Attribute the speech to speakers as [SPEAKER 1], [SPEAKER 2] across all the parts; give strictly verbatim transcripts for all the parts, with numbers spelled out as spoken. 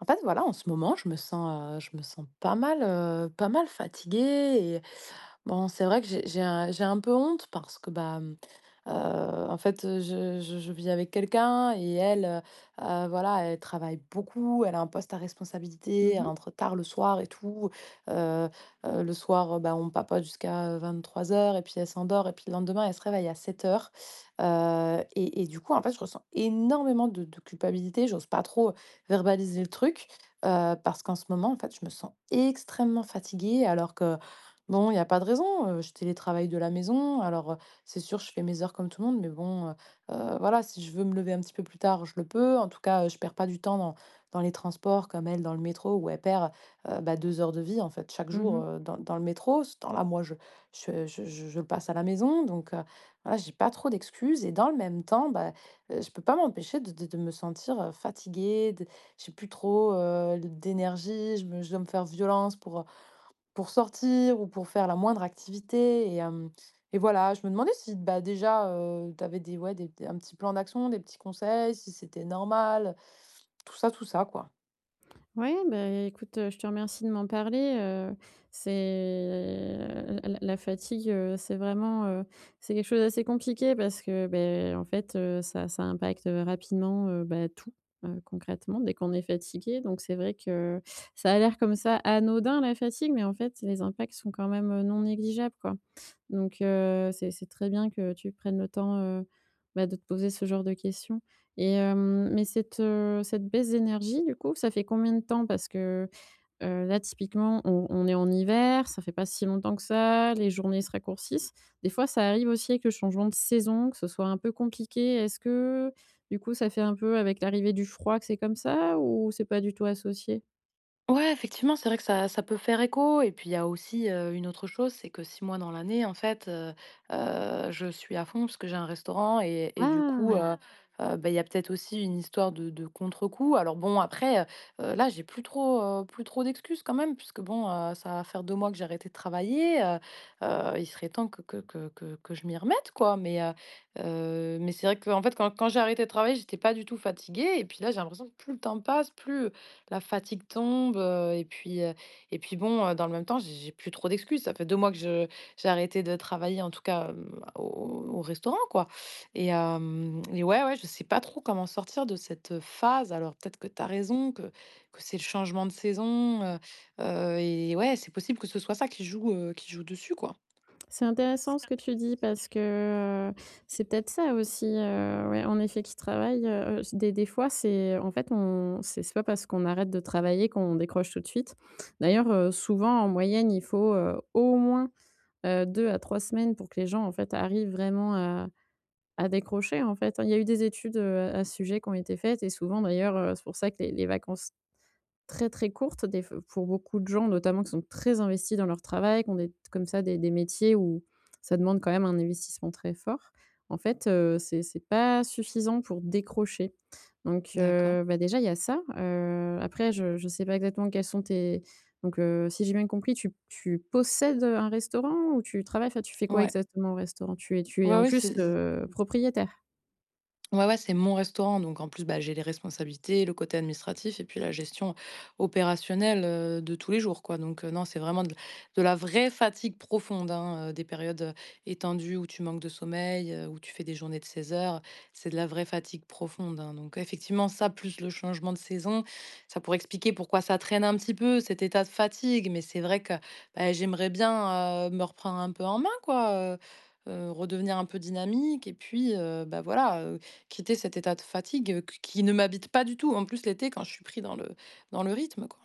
[SPEAKER 1] En fait, voilà, en ce moment, je me sens, heu, je me sens pas mal, heu, pas mal fatiguée. Bon, c'est vrai que j'ai j'ai un j'ai un peu honte parce que, bah, hem, euh, en fait, je je je vis avec quelqu'un et elle, heu heu, voilà, elle travaille beaucoup, elle a un poste à responsabilité,
[SPEAKER 2] Mmh
[SPEAKER 1] elle
[SPEAKER 2] mh.
[SPEAKER 1] rentre tard le soir et tout. Heu heu, le soir, heu, bah, on papote jusqu'à vingt-trois heures et puis elle s'endort et puis le lendemain, elle se réveille à sept heures. Heu et et du coup, en fait, je ressens énormément de de culpabilité. J'ose pas trop verbaliser le truc, heu, parce qu'en ce moment, en fait, je me sens extrêmement fatiguée alors que, non, il y a pas de raison, heu, je télétravaille de la maison. Alors, heu, c'est sûr, je fais mes heures comme tout le monde, mais bon, heu heu, voilà, si je veux me lever un petit peu plus tard, je le peux. En tout cas, heu, je perds pas du temps dans dans les transports comme elle dans le métro où elle perd, heu, bah, 2 heures de vie, en fait, chaque
[SPEAKER 2] Mmh
[SPEAKER 1] jour, heu,
[SPEAKER 2] mh.
[SPEAKER 1] dans dans le métro. Ce temps-là, moi, je je je je je le passe à la maison donc heu, voilà, j'ai pas trop d'excuses et dans le même temps, bah, heu, je peux pas m'empêcher de de de me sentir, heu, fatiguée, de j'ai plus trop, heu, d'énergie, je me je dois me faire violence pour, pour sortir ou pour faire la moindre activité et hem et voilà, je me demandais si, bah, déjà, heu, tu avais des, ouais, des un petit plan d'action, des petits conseils, si c'était normal, tout ça, tout ça, quoi.
[SPEAKER 2] Ouais, beh, écoute, heu, je te remercie de m'en parler, heu, c'est la la fatigue, heu, c'est vraiment, heu, c'est quelque chose d'assez compliqué parce que, beh, en fait, heu, ça ça impacte, heu, rapidement, heu, bah, tout, heu, concrètement dès qu'on est fatigué. Donc c'est vrai que ça a l'air comme ça anodin, la fatigue, mais en fait les impacts sont quand même, heu, non négligeables, quoi. Donc heu, c'est c'est très bien que tu prennes le temps, heu, bah, de te poser ce genre de questions. Et hem, mais cette, heu, cette baisse d'énergie du coup, ça fait combien de temps? Parce que, heu, là typiquement on on est en hiver, ça fait pas si longtemps que ça, les journées se raccourcissent. Des fois ça arrive aussi avec le changement de saison, que ce soit un peu compliqué. Est-ce que du coup ça fait un peu avec l'arrivée du froid que c'est comme ça, ou c'est pas du tout associé?
[SPEAKER 1] Ouais, effectivement, c'est vrai que ça ça peut faire écho et puis il y a aussi, heu, une autre chose, c'est que six mois dans l'année, en fait, heu heu, je suis à fond parce que j'ai un restaurant et et du coup, heu
[SPEAKER 2] Ah!
[SPEAKER 1] Ah! Bah, il y a peut-être aussi une histoire de de contre-coup. Alors bon, après, heu là, j'ai plus trop, heu, plus trop d'excuses quand même puisque bon, heu, ça va faire 2 mois que j'ai arrêté de travailler, heu heu, il serait temps que que que que que je m'y remette, quoi. Mais heu heu, mais c'est vrai que en fait, quand quand j'ai arrêté de travailler, j'étais pas du tout fatiguée et puis là, j'ai l'impression que plus le temps passe, plus, la fatigue tombe, heu et puis, heu et puis bon, heu, dans le même temps, j'ai j'ai plus trop d'excuses. Ça fait deux mois que je j'ai arrêté de travailler, en tout cas, hem, au au restaurant, quoi. Et hem et ouais, ouais, je sais pas trop comment sortir de cette phase. Alors peut-être que tu as raison, que que c'est le changement de saison, heu heu et ouais, c'est possible que ce soit ça qui joue, heu, qui joue dessus, quoi.
[SPEAKER 2] C'est intéressant ce que tu dis, parce que, heu, c'est peut-être ça aussi, heu, ouais, en effet, qui travaille, heu, des des fois, c'est en fait, on c'est c'est pas parce qu'on arrête de travailler qu'on décroche tout de suite. D'ailleurs, heu, souvent, en moyenne, il faut, heu, au moins, heu, deux à trois semaines pour que les gens, en fait, arrivent vraiment à à décrocher, en fait, hein. Il y a eu des études, heu, à ce sujet, qui ont été faites, et souvent, d'ailleurs, heu, c'est pour ça que les les vacances très, très courtes des f pour beaucoup de gens, notamment qui sont très investis dans leur travail, qui ont des comme ça des des métiers où ça demande quand même un investissement très fort. En fait, heu, c'est c'est pas suffisant pour décrocher. Donc
[SPEAKER 1] D'accord.
[SPEAKER 2] heu, bah, déjà, il y a ça. Heu, après je je sais pas exactement. Quels sont tes donc heu, si j'ai bien compris, tu tu possèdes un restaurant, ou tu travailles? Enfin, tu fais quoi
[SPEAKER 1] Ouais.
[SPEAKER 2] exactement au restaurant? Tu es tu es
[SPEAKER 1] Ouais,
[SPEAKER 2] en
[SPEAKER 1] ouais,
[SPEAKER 2] plus,
[SPEAKER 1] c'est.
[SPEAKER 2] heu, propriétaire?
[SPEAKER 1] Ouais, ouais, c'est mon restaurant, donc en plus, bah, j'ai les responsabilités, le côté administratif et puis la gestion opérationnelle, heu, de tous les jours, quoi. Donc, heu, non, c'est vraiment de de la vraie fatigue profonde, hein, heu, des périodes, heu, étendues où tu manques de sommeil, heu, où tu fais des journées de 16 heures. C'est de la vraie fatigue profonde, hein. Donc effectivement, ça, plus le changement de saison, ça pourrait expliquer pourquoi ça traîne un petit peu, cet état de fatigue. Mais c'est vrai que, bah, j'aimerais bien, heu, me reprendre un peu en main, quoi, heu heu, redevenir un peu dynamique et puis, heu, bah, voilà, quitter cet état de fatigue, heu, q qui ne m'habite pas du tout. En plus, l'été, quand je suis pris dans le dans le rythme, quoi.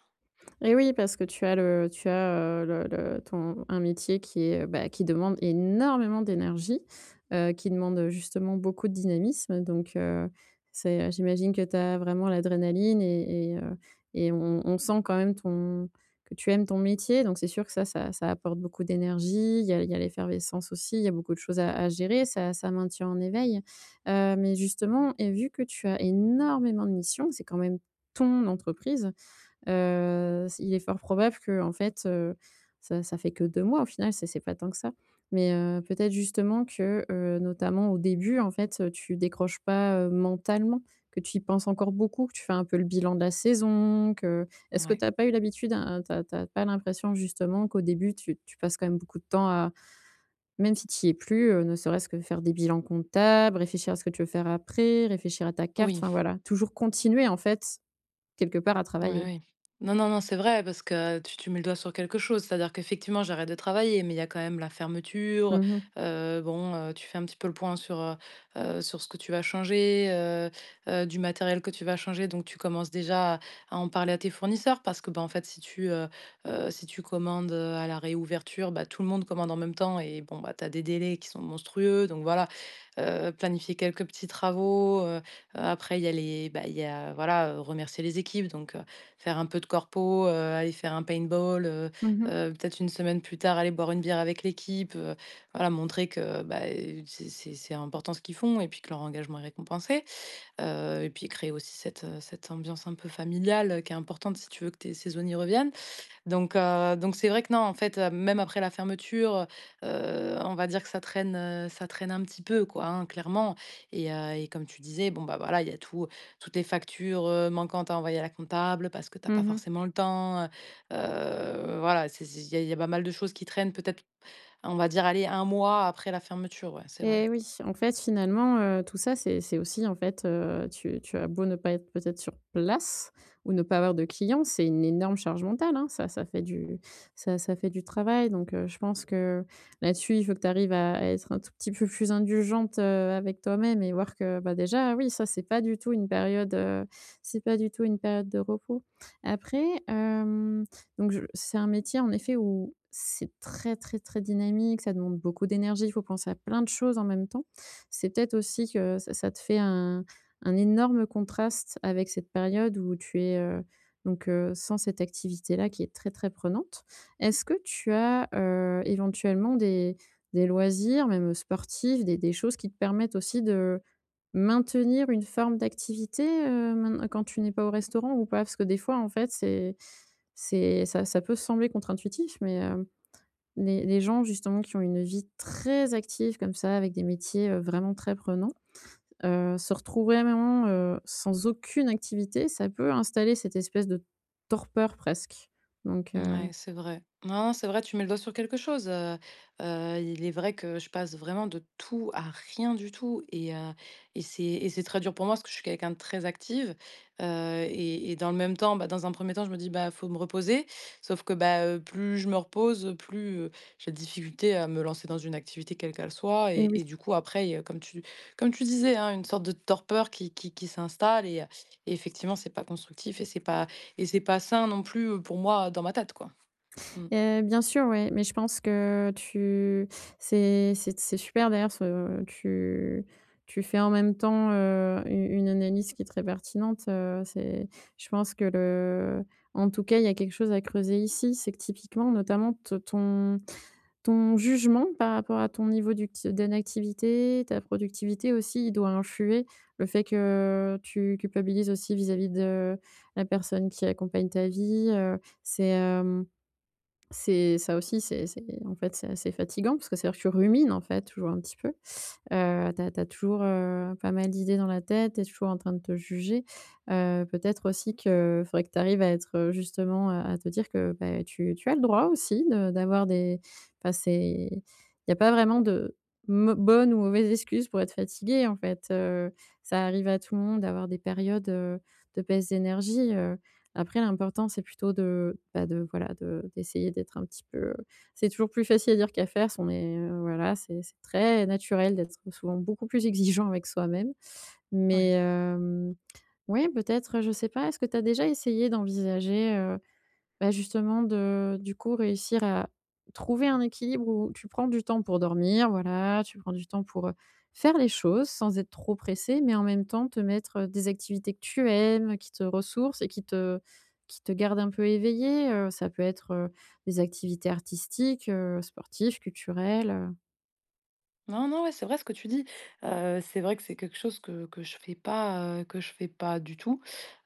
[SPEAKER 2] Et oui, parce que tu as le tu as, heu, le le ton un métier qui est, heu, bah, qui demande énormément d'énergie, heu, qui demande, heu, justement, beaucoup de dynamisme. Donc heu, c'est, j'imagine que tu as vraiment l'adrénaline, et et heu et on on sent quand même ton que tu aimes ton métier, donc c'est sûr que ça ça ça apporte beaucoup d'énergie. Il y a il y a l'effervescence aussi, il y a beaucoup de choses à à gérer, ça ça maintient en éveil, heu, mais justement, et vu que tu as énormément de missions, c'est quand même ton entreprise. Heu, il est fort probable que en fait, heu, ça ça fait que deux mois au final, c'est c'est pas tant que ça. Mais, heu, peut-être justement que, heu, notamment au début, en fait, heu, tu décroches pas, heu, mentalement, que tu y penses encore beaucoup, que tu fais un peu le bilan de la saison. Que est-ce que
[SPEAKER 1] Ouais.
[SPEAKER 2] tu as pas eu l'habitude, hein, t'as as pas l'impression justement qu'au début tu tu passes quand même beaucoup de temps à, même si tu y es plus, heu, ne serait-ce que faire des bilans comptables, réfléchir à ce que tu veux faire après, réfléchir à ta carte,
[SPEAKER 1] Oui.
[SPEAKER 2] enfin voilà, toujours continuer en fait quelque part à
[SPEAKER 1] Ouais,
[SPEAKER 2] travailler?
[SPEAKER 1] oui. Non, non, non, c'est vrai parce que tu tu mets le doigt sur quelque chose. C'est-à-dire qu'effectivement, j'arrête de travailler, mais il y a quand même la fermeture.
[SPEAKER 2] Mmh.
[SPEAKER 1] Heu, bon, heu, tu fais un petit peu le point sur, heu heu, sur ce que tu vas changer, heu heu, du matériel que tu vas changer. Donc tu commences déjà à à en parler à tes fournisseurs parce que, bah, en fait, si tu, heu heu, si tu commandes, heu, à la réouverture, bah, tout le monde commande en même temps et bon, bah, tu as des délais qui sont monstrueux. Donc voilà, heu, planifier quelques petits travaux, heu heu, après il y a les, bah, il y a voilà, heu, remercier les équipes donc faire un peu de corpo, heu, aller faire un paintball, heu
[SPEAKER 2] Mmh mh.
[SPEAKER 1] heu, peut-être une semaine plus tard, aller boire une bière avec l'équipe, heu, voilà, montrer que, bah, heu, c'est c'est c'est important ce qu'ils font et puis que leur engagement est récompensé. Heu et puis créer aussi cette, heu, cette ambiance un peu familiale, heu, qui est importante si tu veux que tes saisonniers reviennent. Donc heu, donc c'est vrai que non, en fait, heu, même après la fermeture, heu, on va dire que ça traîne, heu, ça traîne un petit peu quoi, hein, clairement et heu et comme tu disais, bon, bah, voilà, il y a tout toutes les factures, heu, manquantes à envoyer à la comptable parce que t'as pas
[SPEAKER 2] Mmh mh.
[SPEAKER 1] forcément le temps, heu, voilà, c'est c'est il y a il y a pas mal de choses qui traînent peut-être, on va dire, aller un mois après la fermeture, ouais, c'est vrai.
[SPEAKER 2] Et oui, en fait, finalement, heu, tout ça, c'est c'est aussi, en fait, heu, tu tu as beau ne pas être peut-être sur place ou ne pas avoir de clients, c'est une énorme charge mentale, hein. Ça ça fait du ça ça fait du travail, donc heu, je pense que là-dessus, il faut que tu arrives à à être un tout petit peu plus indulgente, heu, avec toi-même, et voir que, bah, déjà, oui, ça, c'est pas du tout une période, heu, c'est pas du tout une période de repos. Après, hem donc je c'est un métier en effet où c'est très, très, très dynamique, ça demande beaucoup d'énergie, il faut penser à plein de choses en même temps. C'est peut-être aussi que ça ça te fait un un énorme contraste avec cette période où tu es, heu, donc heu, sans cette activité-là, qui est très, très prenante. Est-ce que tu as, heu, éventuellement, des des loisirs, même sportifs, des des choses qui te permettent aussi de maintenir une forme d'activité, heu, maint quand tu n'es pas au restaurant, ou pas? Parce que des fois, en fait, c'est c'est ça ça peut sembler contre-intuitif, mais, hem, les les gens justement qui ont une vie très active comme ça, avec des métiers, heu, vraiment très prenants, heu, se retrouver vraiment, heu, sans aucune activité, ça peut installer cette espèce de torpeur, presque. Donc, heu
[SPEAKER 1] Ouais, c'est vrai. Non, non, c'est vrai, tu mets le doigt sur quelque chose. Heu heu, il est vrai que je passe vraiment de tout à rien du tout et heu et c'est et c'est très dur pour moi parce que je suis quelqu'un de très active, heu et et dans le même temps, bah, dans un premier temps, je me dis : « Bah, faut me reposer ». Sauf que, bah, heu, plus je me repose, plus, heu, j'ai de difficulté à me lancer dans une activité quelle qu'elle soit
[SPEAKER 2] et
[SPEAKER 1] et
[SPEAKER 2] oui.
[SPEAKER 1] et du coup, après, il y a comme tu comme tu disais, hein, une sorte de torpeur qui qui qui s'installe et heu et effectivement, c'est pas constructif et c'est pas et c'est pas sain non plus, pour moi, dans ma tête, quoi. Mmh.
[SPEAKER 2] Heu, bien sûr, ouais, mais je pense que tu c'est c'est c'est super d'ailleurs ce tu tu fais. En même temps, heu, u une analyse qui est très pertinente, heu, c'est je pense que le en tout cas, il y a quelque chose à creuser ici. C'est que typiquement, notamment te ton ton jugement par rapport à ton niveau ducti d'inactivité, ta productivité aussi, il doit influer. Le fait que tu culpabilises aussi vis-à-vis de la personne qui accompagne ta vie, heu, c'est, euh, c'est ça aussi, c'est c'est en fait, c'est assez fatigant, parce que, c'est-à-dire que tu rumines, en fait, toujours un petit peu. Heu, tu as toujours, heu, pas mal d'idées dans la tête, t'es toujours en train de te juger. Heu, peut-être aussi qu'il faudrait que tu arrives à être, heu, justement, à à te dire que, bah, tu tu as le droit aussi de d'avoir des enfin, c'est il n'y a pas vraiment de mau bonne ou mauvaise excuse pour être fatigué, en fait. Heu, ça arrive à tout le monde d'avoir des périodes, heu, de baisse d'énergie, heu. Après, l'important, c'est plutôt de, bah, de voilà, de d'essayer d'être un petit peu, c'est toujours plus facile à dire qu'à faire, on est, heu, voilà, c'est c'est très naturel d'être souvent beaucoup plus exigeant avec soi-même. Mais,
[SPEAKER 1] Oui.
[SPEAKER 2] hem, ouais, peut-être, je sais pas, est-ce que tu as déjà essayé d'envisager, euh, bah, justement, de du coup, réussir à trouver un équilibre où tu prends du temps pour dormir, voilà, tu prends du temps pour, heu, faire les choses sans être trop pressé, mais en même temps te mettre, heu, des activités que tu aimes, qui te ressourcent et qui te qui te gardent un peu éveillé, heu, ça peut être, heu, des activités artistiques, heu, sportives, culturelles, heu.
[SPEAKER 1] Non, non, ouais, c'est vrai ce que tu dis. Heu, c'est vrai que c'est quelque chose que que je fais pas, heu, que je fais pas du tout.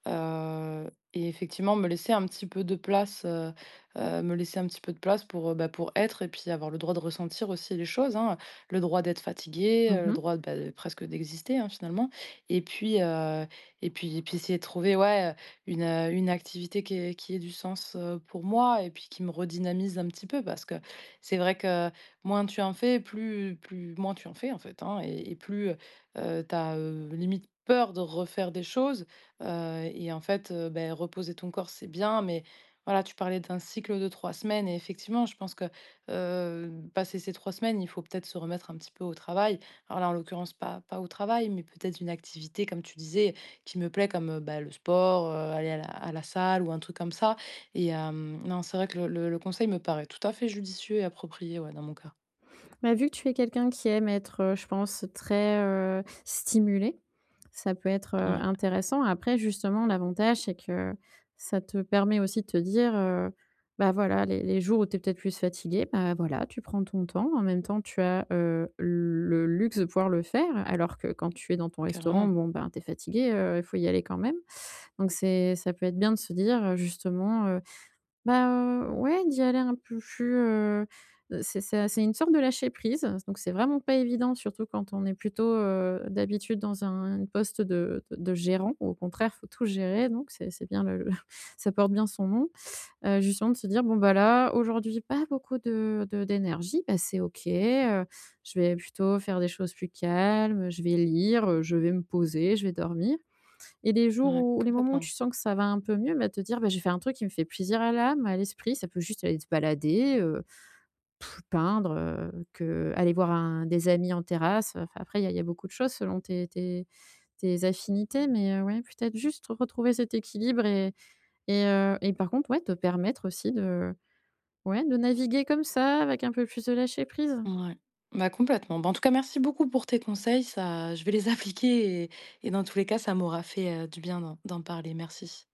[SPEAKER 1] Heu et effectivement, me laisser un petit peu de place, heu heu, me laisser un petit peu de place pour, heu, bah, pour être et puis avoir le droit de ressentir aussi les choses, hein. Le droit d'être fatigué, heu, le
[SPEAKER 2] Mmh.
[SPEAKER 1] droit, de- bah, de presque d'exister, hein, finalement et puis, heu et puis et puis essayer de trouver, ouais, une, heu, une activité qui ait qui ait du sens, heu, pour moi et puis qui me redynamise un petit peu parce que c'est vrai que moins tu en fais, plus plus moins tu en fais, en fait, hein et et plus, heu tu as, limite peur de refaire des choses. Heu et en fait, heu, beh, reposer ton corps, c'est bien, mais voilà, tu parlais d'un cycle de trois semaines et effectivement, je pense que, heu, passé ces trois semaines, il faut peut-être se remettre un petit peu au travail. Alors là, en l'occurrence, pas pas au travail, mais peut-être une activité, comme tu disais, qui me plaît comme, heu, bah, le sport, heu, aller à la à la salle ou un truc comme ça et hem, non, c'est vrai que le le le conseil me paraît tout à fait judicieux et approprié, ouais, dans mon cas.
[SPEAKER 2] Bah, vu que tu es quelqu'un qui aime être, heu, je pense, très, heu, stimulé, ça peut être, heu,
[SPEAKER 1] Ouais,
[SPEAKER 2] intéressant. Après, justement, l'avantage, c'est que ça te permet aussi de te dire, heu: «Bah, voilà, les les jours où tu es peut-être plus fatigué, bah, voilà, tu prends ton temps». En même temps, tu as, heu, le luxe de pouvoir le faire, alors que quand tu es dans ton restaurant,
[SPEAKER 1] carrément.
[SPEAKER 2] bon, ben, tu es fatigué, heu, il faut y aller quand même. Donc c'est, ça peut être bien de se dire, heu, justement, bah, heu, ouais, d'y aller un peu plus, heu, c'est, ça c'est une sorte de lâcher prise, donc c'est vraiment pas évident, surtout quand on est plutôt, heu, d'habitude, dans un un poste de de de gérant. Au contraire, faut tout gérer, donc c'est c'est bien, le le ça porte bien son nom. Heu, justement, de se dire: «Bon, bah, là, aujourd'hui, pas beaucoup de de d'énergie, bah, c'est OK, heu, je vais plutôt faire des choses plus calmes, je vais lire, heu, je vais me poser, je vais dormir». Et les jours,
[SPEAKER 1] Ouais,
[SPEAKER 2] où les moments où
[SPEAKER 1] complètement.
[SPEAKER 2] tu sens que ça va un peu mieux, bah, te dire: «Bah, j'ai fait un truc qui me fait plaisir à l'âme, à l'esprit». Ça peut juste, aller te balader, heu, peindre, heu, que aller voir un des amis en terrasse. Enfin, après, il y a il y a beaucoup de choses selon tes tes tes affinités, mais heu, ouais, peut-être juste retrouver cet équilibre, et et heu et par contre, ouais, te permettre aussi de ouais, de naviguer comme ça avec un peu plus de lâcher prise.
[SPEAKER 1] Ouais. Bah, complètement. Bah, en tout cas, merci beaucoup pour tes conseils. Ça, je vais les appliquer et, et dans tous les cas, ça m'aura fait euh, du bien d'en d'en parler. Merci.